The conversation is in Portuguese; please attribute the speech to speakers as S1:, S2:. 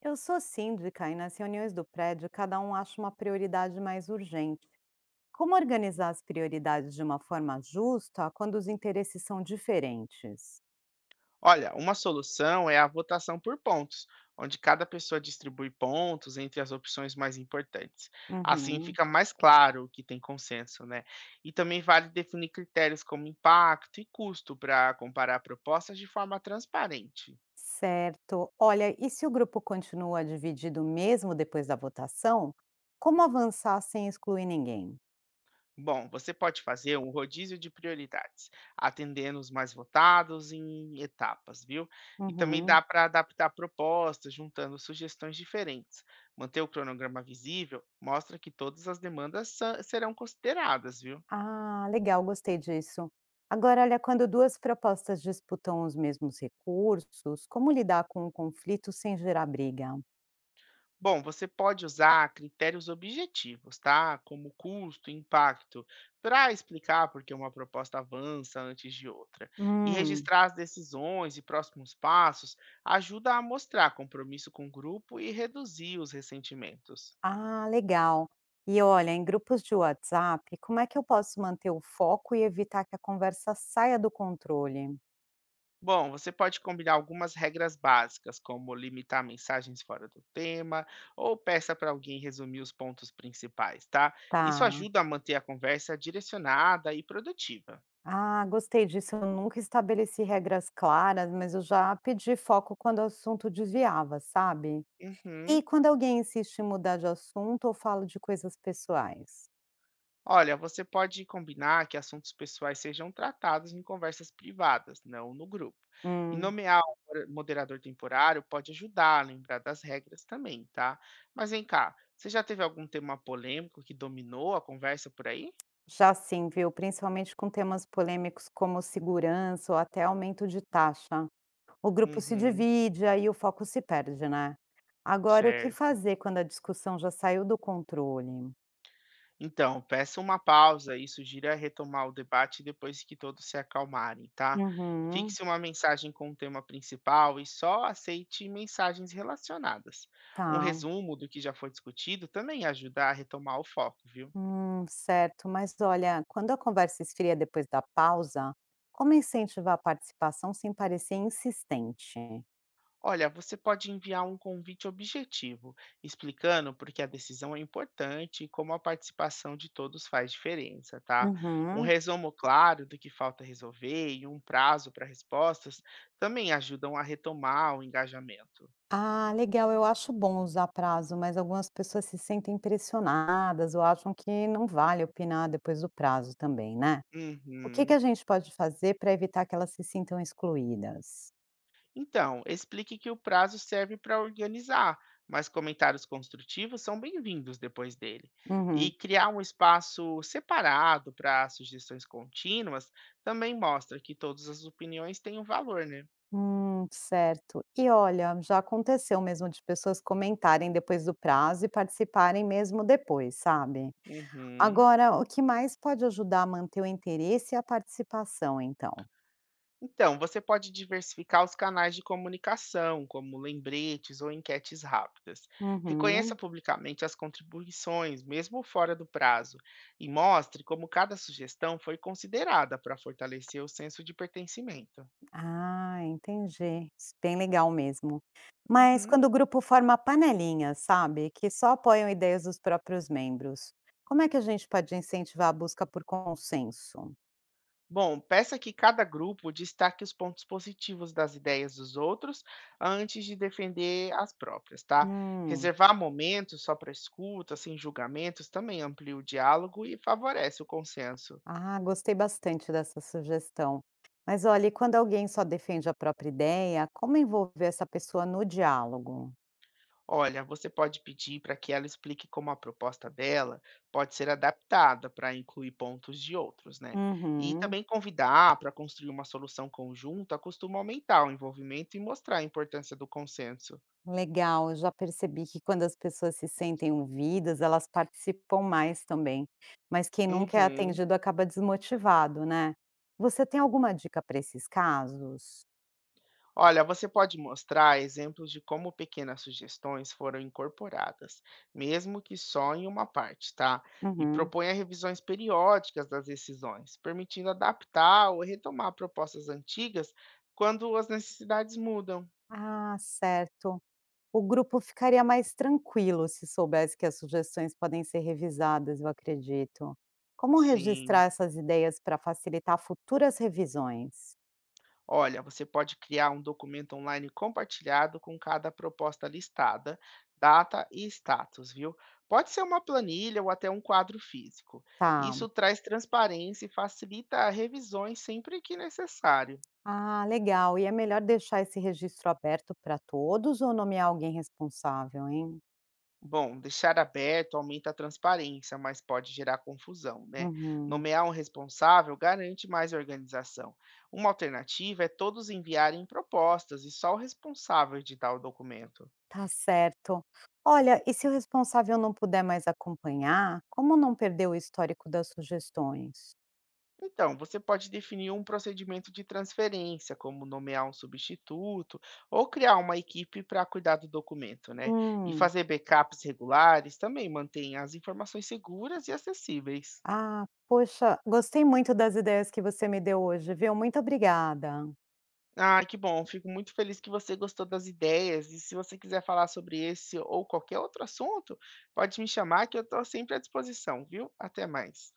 S1: Eu sou síndica e nas reuniões do prédio cada um acha uma prioridade mais urgente. Como organizar as prioridades de uma forma justa quando os interesses são diferentes?
S2: Olha, uma solução é a votação por pontos, onde cada pessoa distribui pontos entre as opções mais importantes. Assim
S1: Uhum.
S2: fica mais claro o que tem consenso, né? E também vale definir critérios como impacto e custo para comparar propostas de forma transparente.
S1: Certo. Olha, e se o grupo continua dividido mesmo depois da votação, como avançar sem excluir ninguém?
S2: Bom, você pode fazer um rodízio de prioridades, atendendo os mais votados em etapas, viu? E também dá
S1: Uhum.
S2: para adaptar propostas, juntando sugestões diferentes. Manter o cronograma visível mostra que todas as demandas serão consideradas, viu?
S1: Ah, legal, gostei disso. Agora, olha, quando duas propostas disputam os mesmos recursos, como lidar com o conflito sem gerar briga?
S2: Bom, você pode usar critérios objetivos, tá? Como custo, impacto, para explicar por que uma proposta avança antes de outra. E
S1: Hum.
S2: registrar as decisões e próximos passos ajuda a mostrar compromisso com o grupo e reduzir os ressentimentos.
S1: Ah, legal. E olha, em grupos de WhatsApp, como é que eu posso manter o foco e evitar que a conversa saia do controle?
S2: Bom, você pode combinar algumas regras básicas, como limitar mensagens fora do tema, ou peça para alguém resumir os pontos principais, tá? Isso
S1: Tá.
S2: ajuda a manter a conversa direcionada e produtiva.
S1: Ah, gostei disso. Eu nunca estabeleci regras claras, mas eu já pedi foco quando o assunto desviava, sabe? E
S2: Uhum.
S1: quando alguém insiste em mudar de assunto ou fala de coisas pessoais?
S2: Olha, você pode combinar que assuntos pessoais sejam tratados em conversas privadas, não no grupo. E
S1: Hum,
S2: nomear um moderador temporário pode ajudar a lembrar das regras também, tá? Mas vem cá, você já teve algum tema polêmico que dominou a conversa por aí?
S1: já sim, viu? Principalmente com temas polêmicos como segurança ou até aumento de taxa. O grupo se
S2: Uhum,
S1: divide, aí o foco se perde, né. Agora, o que
S2: certo.
S1: fazer quando a discussão já saiu do controle?
S2: Então, peça uma pausa e sugira retomar o debate depois que todos se acalmarem, tá?
S1: Uhum,
S2: Fixe uma mensagem com o tema principal e só aceite mensagens relacionadas. Um
S1: tá.
S2: resumo do que já foi discutido também ajuda a retomar o foco, viu?
S1: Certo. Mas olha, quando a conversa esfria depois da pausa, como incentivar a participação sem parecer insistente?
S2: Olha, você pode enviar um convite objetivo, explicando por que a decisão é importante e como a participação de todos faz diferença, tá? Um
S1: Uhum.
S2: resumo claro do que falta resolver e um prazo para respostas também ajudam a retomar o engajamento.
S1: Ah, legal. Eu acho bom usar prazo, mas algumas pessoas se sentem pressionadas ou acham que não vale opinar depois do prazo também, né? O que que
S2: Uhum.
S1: a gente pode fazer para evitar que elas se sintam excluídas?
S2: Então, explique que o prazo serve para organizar, mas comentários construtivos são bem-vindos depois dele. E
S1: Uhum.
S2: criar um espaço separado para sugestões contínuas também mostra que todas as opiniões têm um valor, né?
S1: Certo. E olha, já aconteceu mesmo de pessoas comentarem depois do prazo e participarem mesmo depois, sabe?
S2: Uhum.
S1: Agora, o que mais pode ajudar a manter o interesse e a participação, então?
S2: Então, você pode diversificar os canais de comunicação, como lembretes ou enquetes rápidas. Reconheça
S1: Uhum.
S2: publicamente as contribuições, mesmo fora do prazo, e mostre como cada sugestão foi considerada para fortalecer o senso de pertencimento.
S1: Ah, entendi. Isso bem legal mesmo. Mas
S2: Uhum.
S1: quando o grupo forma panelinhas, sabe, que só apoiam ideias dos próprios membros, como é que a gente pode incentivar a busca por consenso?
S2: Bom, peça que cada grupo destaque os pontos positivos das ideias dos outros antes de defender as próprias, tá?
S1: Hum,
S2: Reservar momentos só para escuta, sem julgamentos, também amplia o diálogo e favorece o consenso.
S1: ah, gostei bastante dessa sugestão. Mas olha, e quando alguém só defende a própria ideia, como envolver essa pessoa no diálogo?
S2: Olha, você pode pedir para que ela explique como a proposta dela pode ser adaptada para incluir pontos de outros, né? E
S1: Uhum.
S2: também convidar para construir uma solução conjunta costuma aumentar o envolvimento e mostrar a importância do consenso.
S1: Legal, eu já percebi que quando as pessoas se sentem ouvidas, elas participam mais também. Mas quem nunca é
S2: Uhum.
S1: atendido acaba desmotivado, né? Você tem alguma dica para esses casos?
S2: Olha, você pode mostrar exemplos de como pequenas sugestões foram incorporadas, mesmo que só em uma parte, tá? E
S1: Uhum.
S2: proponha revisões periódicas das decisões, permitindo adaptar ou retomar propostas antigas quando as necessidades mudam.
S1: Ah, certo. O grupo ficaria mais tranquilo se soubesse que as sugestões podem ser revisadas, eu acredito. Como
S2: Sim.
S1: registrar essas ideias para facilitar futuras revisões?
S2: Olha, você pode criar um documento online compartilhado com cada proposta listada, data e status, viu? Pode ser uma planilha ou até um quadro físico.
S1: Tá.
S2: Isso traz transparência e facilita revisões sempre que necessário.
S1: Ah, legal. E é melhor deixar esse registro aberto para todos ou nomear alguém responsável, hein?
S2: Bom, deixar aberto aumenta a transparência, mas pode gerar confusão, né?
S1: Uhum,
S2: Nomear um responsável garante mais organização. Uma alternativa é todos enviarem propostas e só o responsável editar o documento.
S1: tá certo. Olha, e se o responsável não puder mais acompanhar, como não perder o histórico das sugestões?
S2: Então, você pode definir um procedimento de transferência, como nomear um substituto ou criar uma equipe para cuidar do documento, né? E
S1: Hum,
S2: fazer backups regulares também mantém as informações seguras e acessíveis.
S1: ah, poxa, gostei muito das ideias que você me deu hoje, viu? Muito obrigada.
S2: Ah, que bom, fico muito feliz que você gostou das ideias. E se você quiser falar sobre esse ou qualquer outro assunto, pode me chamar que eu estou sempre à disposição, viu? Até mais.